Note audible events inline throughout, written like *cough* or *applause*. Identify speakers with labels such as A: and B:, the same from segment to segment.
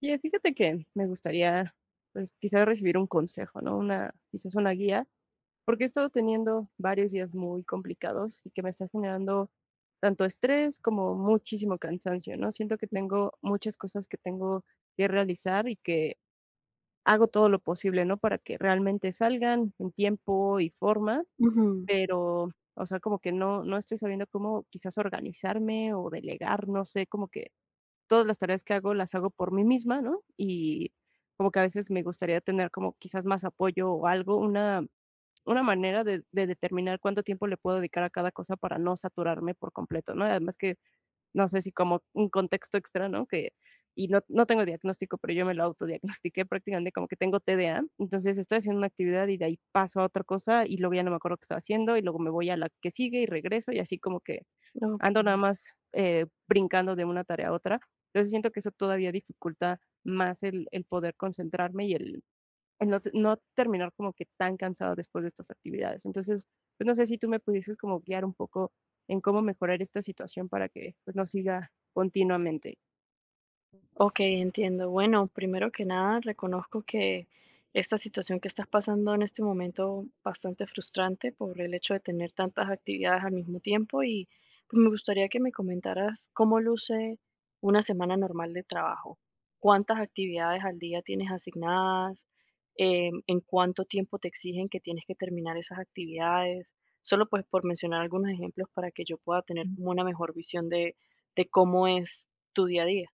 A: Y fíjate que me gustaría, pues, quizás recibir un consejo, ¿no? Una, quizás una guía, porque he estado teniendo varios días muy complicados y que me está generando tanto estrés como muchísimo cansancio, ¿no? Siento que tengo muchas cosas que tengo que realizar y que hago todo lo posible, ¿no? Para que realmente salgan en tiempo y forma,
B: Ujú,
A: pero, o sea, como que no estoy sabiendo cómo quizás organizarme o delegar, no sé, como que todas las tareas que hago las hago por mí misma, ¿no? Y como que a veces me gustaría tener como quizás más apoyo o algo, una manera de determinar cuánto tiempo le puedo dedicar a cada cosa para no saturarme por completo, ¿no? Además que no sé si como un contexto extra, ¿no? Que, y no tengo diagnóstico, pero yo me lo autodiagnostiqué prácticamente como que tengo TDA. Entonces estoy haciendo una actividad y de ahí paso a otra cosa y luego ya no me acuerdo qué estaba haciendo y luego me voy a la que sigue y regreso y así como que ando
B: okey.
A: nada más brincando de una tarea a otra. Entonces siento que eso todavía dificulta más el poder concentrarme y el, el no terminar como que tan cansado después de estas actividades. Entonces, pues no sé si tú me pudieses como guiar un poco en cómo mejorar esta situación para que pues no siga continuamente.
B: Ok, entiendo. Bueno, primero que nada, reconozco que esta situación que estás pasando en este momento bastante frustrante por el hecho de tener tantas actividades al mismo tiempo y pues, me gustaría que me comentaras cómo luce una semana normal de trabajo. ¿Cuántas actividades al día tienes asignadas? ¿en cuánto tiempo te exigen que tienes que terminar esas actividades? Solo pues por mencionar algunos ejemplos para que yo pueda tener
A: Ujú.
B: como una mejor visión de cómo es tu día a día.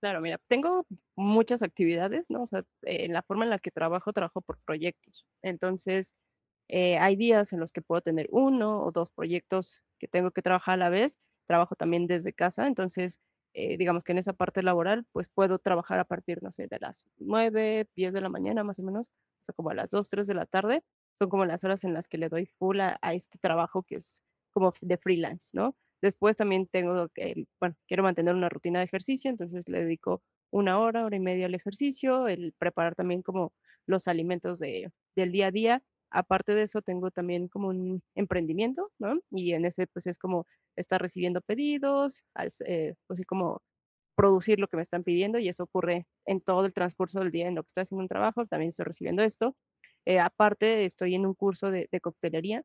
A: Claro, mira, tengo muchas actividades, ¿no? O sea, en la forma en la que trabajo, trabajo por proyectos. Entonces, hay días en los que puedo tener uno o dos proyectos que tengo que trabajar a la vez. Trabajo también desde casa, entonces, digamos que en esa parte laboral, pues puedo trabajar a partir, no sé, de las 9, 10 de la mañana más o menos, hasta como a las 2, 3 de la tarde. Son como las horas en las que le doy full a este trabajo que es como de freelance, ¿no? Después también tengo que, bueno, quiero mantener una rutina de ejercicio, entonces le dedico una hora, hora y media al ejercicio, el preparar también como los alimentos del día a día. Aparte de eso, tengo también como un emprendimiento, ¿no? Y en ese, pues, es como estar recibiendo pedidos, al, pues, sí, como producir lo que me están pidiendo y eso ocurre en todo el transcurso del día en lo que estoy haciendo un trabajo, también estoy recibiendo esto. Aparte, estoy en un curso de coctelería,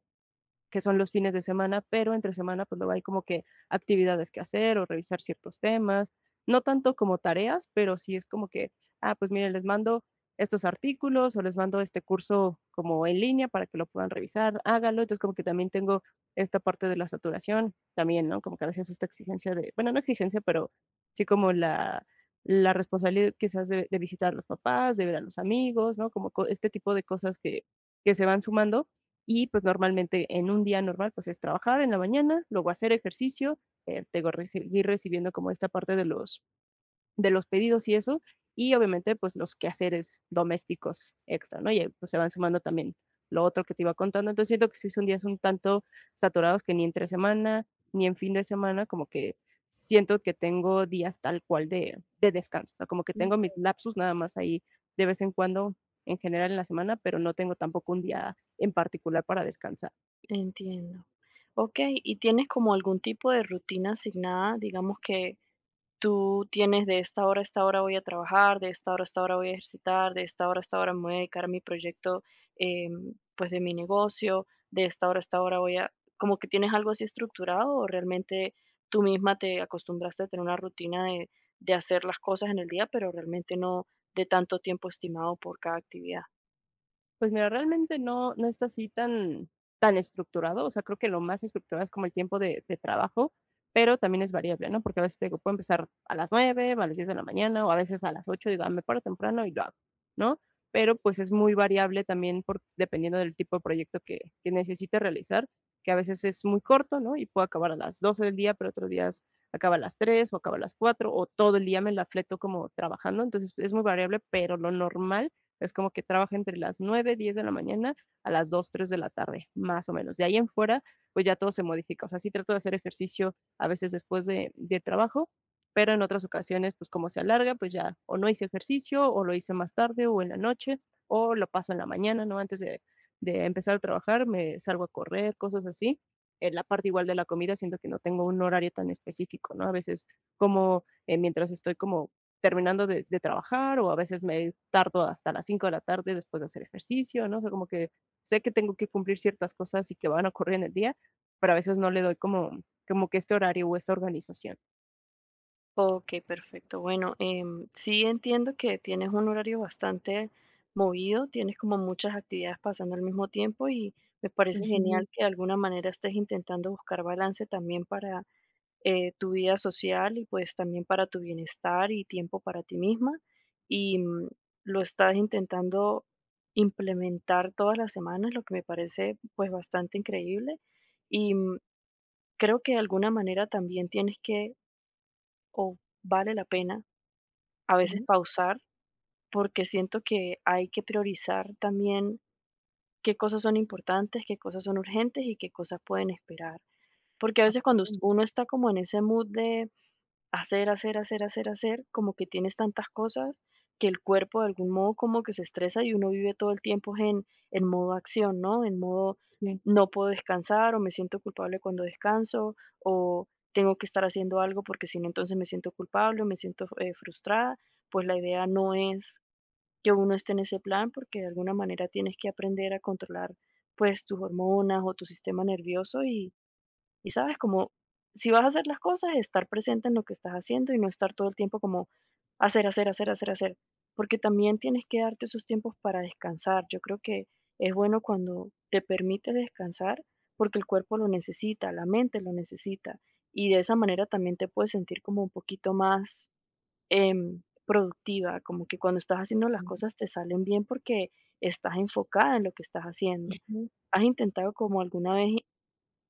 A: que son los fines de semana, pero entre semana pues luego hay como que actividades que hacer o revisar ciertos temas, no tanto como tareas, pero sí es como que, ah, pues miren, les mando estos artículos o les mando este curso como en línea para que lo puedan revisar, hágalo, entonces como que también tengo esta parte de la saturación, también, ¿no? Como que a veces esta exigencia de, bueno, no exigencia, pero sí como la responsabilidad quizás de visitar a los papás, de ver a los amigos, ¿no? Como este tipo de cosas que se van sumando y pues normalmente en un día normal pues es trabajar en la mañana, luego hacer ejercicio, tengo seguir recibiendo como esta parte de los pedidos y eso, y obviamente pues los quehaceres domésticos extra, ¿no? Y pues se van sumando también lo otro que te iba contando. Entonces siento que sí son días un tanto saturados que ni entre semana ni en fin de semana, como que siento que tengo días tal cual de descanso, o sea, como que tengo mis lapsus nada más ahí de vez en cuando en general en la semana, pero no tengo tampoco un día en particular para descansar.
B: Entiendo. Okey, ¿y tienes como algún tipo de rutina asignada? Digamos que tú tienes de esta hora a esta hora voy a trabajar, de esta hora a esta hora voy a ejercitar, de esta hora a esta hora me voy a dedicar a mi proyecto, pues, de mi negocio, de esta hora a esta hora voy a ¿como que tienes algo así estructurado o realmente tú misma te acostumbraste a tener una rutina de hacer las cosas en el día, pero realmente no de tanto tiempo estimado por cada actividad?
A: Pues mira, realmente no está así tan estructurado, o sea, creo que lo más estructurado es como el tiempo de trabajo, pero también es variable, ¿no? Porque a veces te digo, puedo empezar a las 9, a las 10 de la mañana, o a veces a las 8, digo: "Ah, me paro temprano y lo hago", ¿no? Pero, pues, es muy variable también por dependiendo del tipo de proyecto que necesite realizar, que a veces es muy corto, ¿no? Y puedo acabar a las 12 del día, pero otros días acaba a las 3 o acaba a las 4 o todo el día me la fleto como trabajando, entonces es muy variable, pero lo normal es como que trabaja entre las 9 10 de la mañana a las 2 3 de la tarde, más o menos. De ahí en fuera, pues ya todo se modifica. O sea, sí trato de hacer ejercicio a veces después de trabajo, pero en otras ocasiones, pues como se alarga, pues ya o no hice ejercicio, o lo hice más tarde, o en la noche, o lo paso en la mañana, ¿no? Antes de empezar a trabajar, me salgo a correr, cosas así. En la parte igual de la comida, siento que no tengo un horario tan específico, ¿no? A veces como mientras estoy como terminando de trabajar o a veces me tardo hasta las 5 de la tarde después de hacer ejercicio, ¿no? O sea, como que sé que tengo que cumplir ciertas cosas y que van a ocurrir en el día, pero a veces no le doy como, como que este horario o esta organización.
B: Ok, perfecto. Bueno, sí entiendo que tienes un horario bastante movido, tienes como muchas actividades pasando al mismo tiempo y me parece
A: Ujú,
B: genial que de alguna manera estés intentando buscar balance también para tu vida social y pues también para tu bienestar y tiempo para ti misma. Y lo estás intentando implementar todas las semanas, lo que me parece pues bastante increíble. Y creo que de alguna manera también tienes que, o vale la pena a veces
A: ujú.
B: pausar, porque siento que hay que priorizar también qué cosas son importantes, qué cosas son urgentes y qué cosas pueden esperar. Porque a
A: Ah,
B: veces
A: qué
B: cuando
A: bueno,
B: uno está como en ese mood de hacer, hacer, hacer, hacer, hacer, como que tienes tantas cosas que el cuerpo de algún modo como que se estresa y uno vive todo el tiempo en modo acción, ¿no? En modo
A: sí.
B: no puedo descansar o me siento culpable cuando descanso o tengo que estar haciendo algo porque si no entonces me siento culpable o me siento frustrada. Pues la idea no es que uno esté en ese plan porque de alguna manera tienes que aprender a controlar pues tus hormonas o tu sistema nervioso y sabes, como si vas a hacer las cosas, estar presente en lo que estás haciendo y no estar todo el tiempo como hacer, hacer, hacer, hacer, hacer. Porque también tienes que darte esos tiempos para descansar. Yo creo que es bueno cuando te permite descansar porque el cuerpo lo necesita, la mente lo necesita. Y de esa manera también te puedes sentir como un poquito más productiva, como que cuando estás haciendo las cosas te salen bien porque estás enfocada en lo que estás haciendo. ¿Has intentado como alguna vez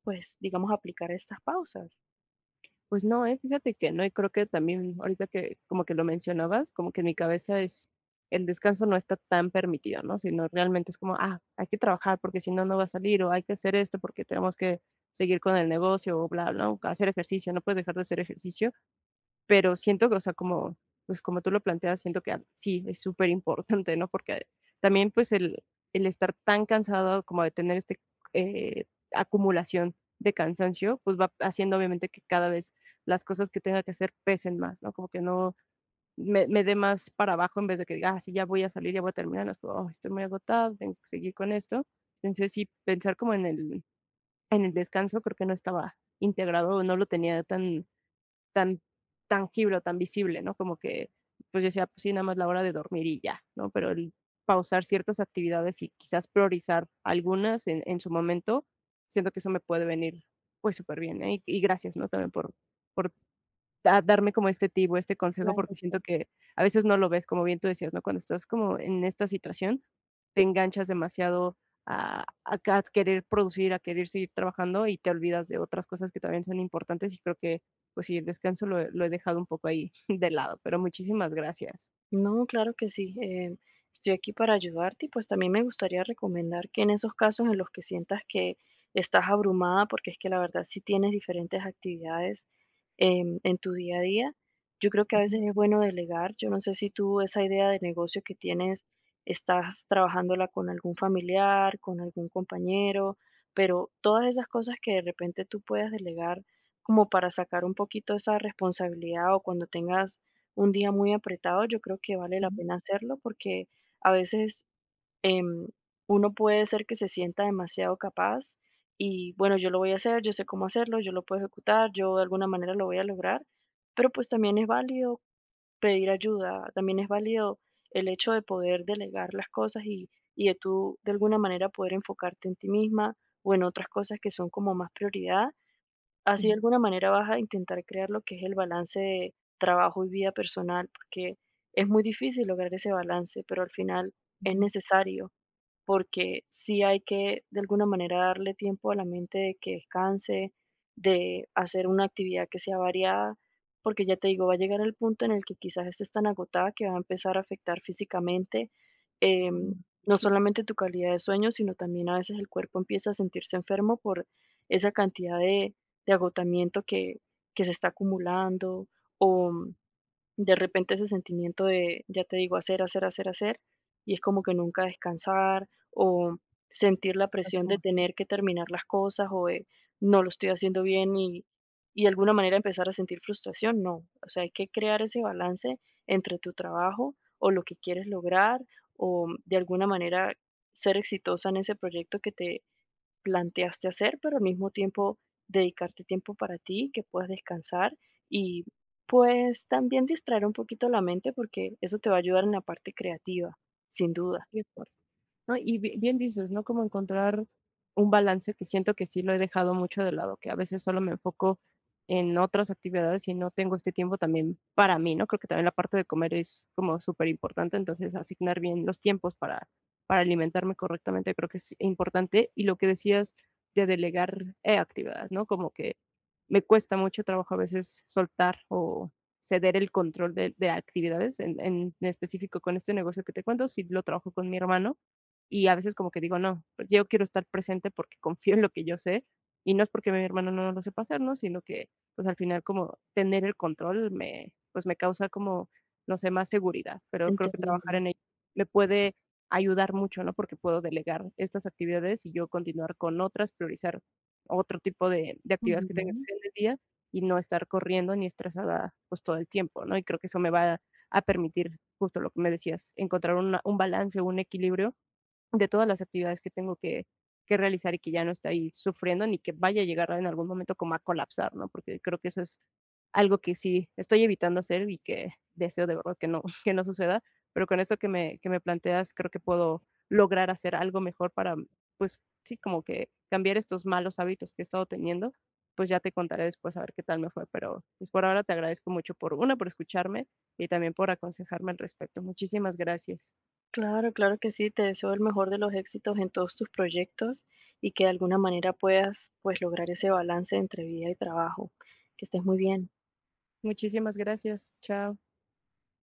B: pues, digamos, aplicar estas pausas?
A: Pues no, fíjate que no, y creo que también ahorita que como que lo mencionabas, como que en mi cabeza es el descanso no está tan permitido, ¿no? Sino realmente es como, ah, hay que trabajar porque si no, no va a salir, o hay que hacer esto porque tenemos que seguir con el negocio, o bla, bla, o hacer ejercicio, no puedes dejar de hacer ejercicio, pero siento que, o sea, como, pues como tú lo planteas, siento que ah, sí, es súper importante, ¿no? Porque también pues el, estar tan cansado como de tener este eh, acumulación de cansancio, pues va haciendo obviamente que cada vez las cosas que tenga que hacer pesen más, ¿no? Como que no me dé más para abajo en vez de que diga, ah, sí, ya voy a salir, ya voy a terminar, no, es como, oh, estoy muy agotado, tengo que seguir con esto. Entonces sí, pensar como en el descanso creo que no estaba integrado o no lo tenía tan tangible o tan visible, ¿no? Como que, pues yo decía, pues sí, nada más la hora de dormir y ya, ¿no? Pero el pausar ciertas actividades y quizás priorizar algunas en su momento, siento que eso me puede venir pues súper bien, ¿eh? Y gracias, ¿no? También por a darme como este tip o este consejo, porque siento
B: Claro.
A: que a veces no lo ves, como bien tú decías, ¿no? Cuando estás como en esta situación, te enganchas demasiado a, a querer producir, a querer seguir trabajando y te olvidas de otras cosas que también son importantes y creo que, pues sí, el descanso lo he dejado un poco ahí *laughs* de lado, pero muchísimas gracias.
B: No, claro que sí. Estoy aquí para ayudarte y pues también me gustaría recomendar que en esos casos en los que sientas que estás abrumada, porque es que la verdad si tienes diferentes actividades en tu día a día, yo creo que a
A: Ujú,
B: veces es bueno delegar. Yo no sé si tú esa idea de negocio que tienes estás trabajándola con algún familiar, con algún compañero, pero todas esas cosas que de repente tú puedas delegar como para sacar un poquito esa responsabilidad o cuando tengas un día muy apretado, yo creo que vale la
A: ujú,
B: pena hacerlo porque a veces em, uno puede ser que se sienta demasiado capaz y bueno, yo lo voy a hacer, yo sé cómo hacerlo, yo lo puedo ejecutar, yo de alguna manera lo voy a lograr, pero pues también es válido pedir ayuda, también es válido el hecho de poder delegar las cosas y de tú de alguna manera poder enfocarte en ti misma o en otras cosas que son como más prioridad. Así de
A: ujú,
B: alguna manera vas a intentar crear lo que es el balance de trabajo y vida personal, porque es muy difícil lograr ese balance, pero al final es
A: ujú,
B: necesario. Porque sí hay que, de alguna manera, darle tiempo a la mente de que descanse, de hacer una actividad que sea variada, porque ya te digo, va a llegar el punto en el que quizás estés tan agotada que va a empezar a afectar físicamente, em,
A: ujú,
B: no solamente tu calidad de sueño, sino también a veces el cuerpo empieza a sentirse enfermo por esa cantidad de agotamiento que se está acumulando o de repente ese sentimiento de, ya te digo, hacer, hacer, hacer, hacer, y es como que nunca descansar o sentir la presión de tener que terminar las cosas o de no lo estoy haciendo bien y de alguna manera empezar a sentir frustración. No, o sea, hay que crear ese balance entre tu trabajo o lo que quieres lograr o de alguna manera ser exitosa en ese proyecto que te, planteaste hacer, pero al mismo tiempo dedicarte tiempo para ti, que puedas descansar y pues también distraer un poquito la mente porque eso te va a ayudar en la parte creativa, sin duda.
A: ujú, ujú. ¿No? Y bien dices, ¿no? Como encontrar un balance que siento que sí lo he dejado mucho de lado, que a veces solo me enfoco en otras actividades y no tengo este tiempo también para mí, ¿no? Creo que también la parte de comer es como súper importante, entonces asignar bien los tiempos para alimentarme correctamente creo que es importante. Y lo que decías de delegar actividades, ¿no? Como que me cuesta mucho trabajo a veces soltar o ceder el control de actividades, en específico con este negocio que te cuento, si lo trabajo con mi hermano, y a veces como que digo, no, yo quiero estar presente porque confío en lo que yo sé y no es porque mi hermano no lo sepa hacer, ¿no? Sino que pues al final como tener el control me, pues me causa como, no sé, más seguridad, pero creo que trabajar
B: Entendido.
A: en ello me puede ayudar mucho, ¿no? Porque puedo delegar estas actividades y yo continuar con otras, priorizar otro tipo de actividades que tenga que
B: Ujú.
A: hacer en el día y no estar corriendo ni estresada pues todo el tiempo, ¿no? Y creo que eso me va a permitir, justo lo que me decías, encontrar un balance, un equilibrio de todas las actividades que tengo que realizar y que ya no esté ahí sufriendo ni que vaya a llegar en algún momento como a colapsar, ¿no? Porque creo que eso es algo que sí estoy evitando hacer y que deseo de verdad que no, *laughs* que no suceda, pero con esto que me planteas creo que puedo lograr hacer algo mejor para, pues sí, como que cambiar estos malos hábitos que he estado teniendo, pues ya te contaré después a ver qué tal me fue, pero pues por ahora te agradezco mucho por una, por escucharme y también por aconsejarme al respecto. Muchísimas gracias.
B: Claro, claro que sí, te deseo el mejor de los éxitos en todos tus proyectos y que de alguna manera puedas pues lograr ese balance entre vida y trabajo. Que estés muy bien.
A: Muchísimas gracias. Chao.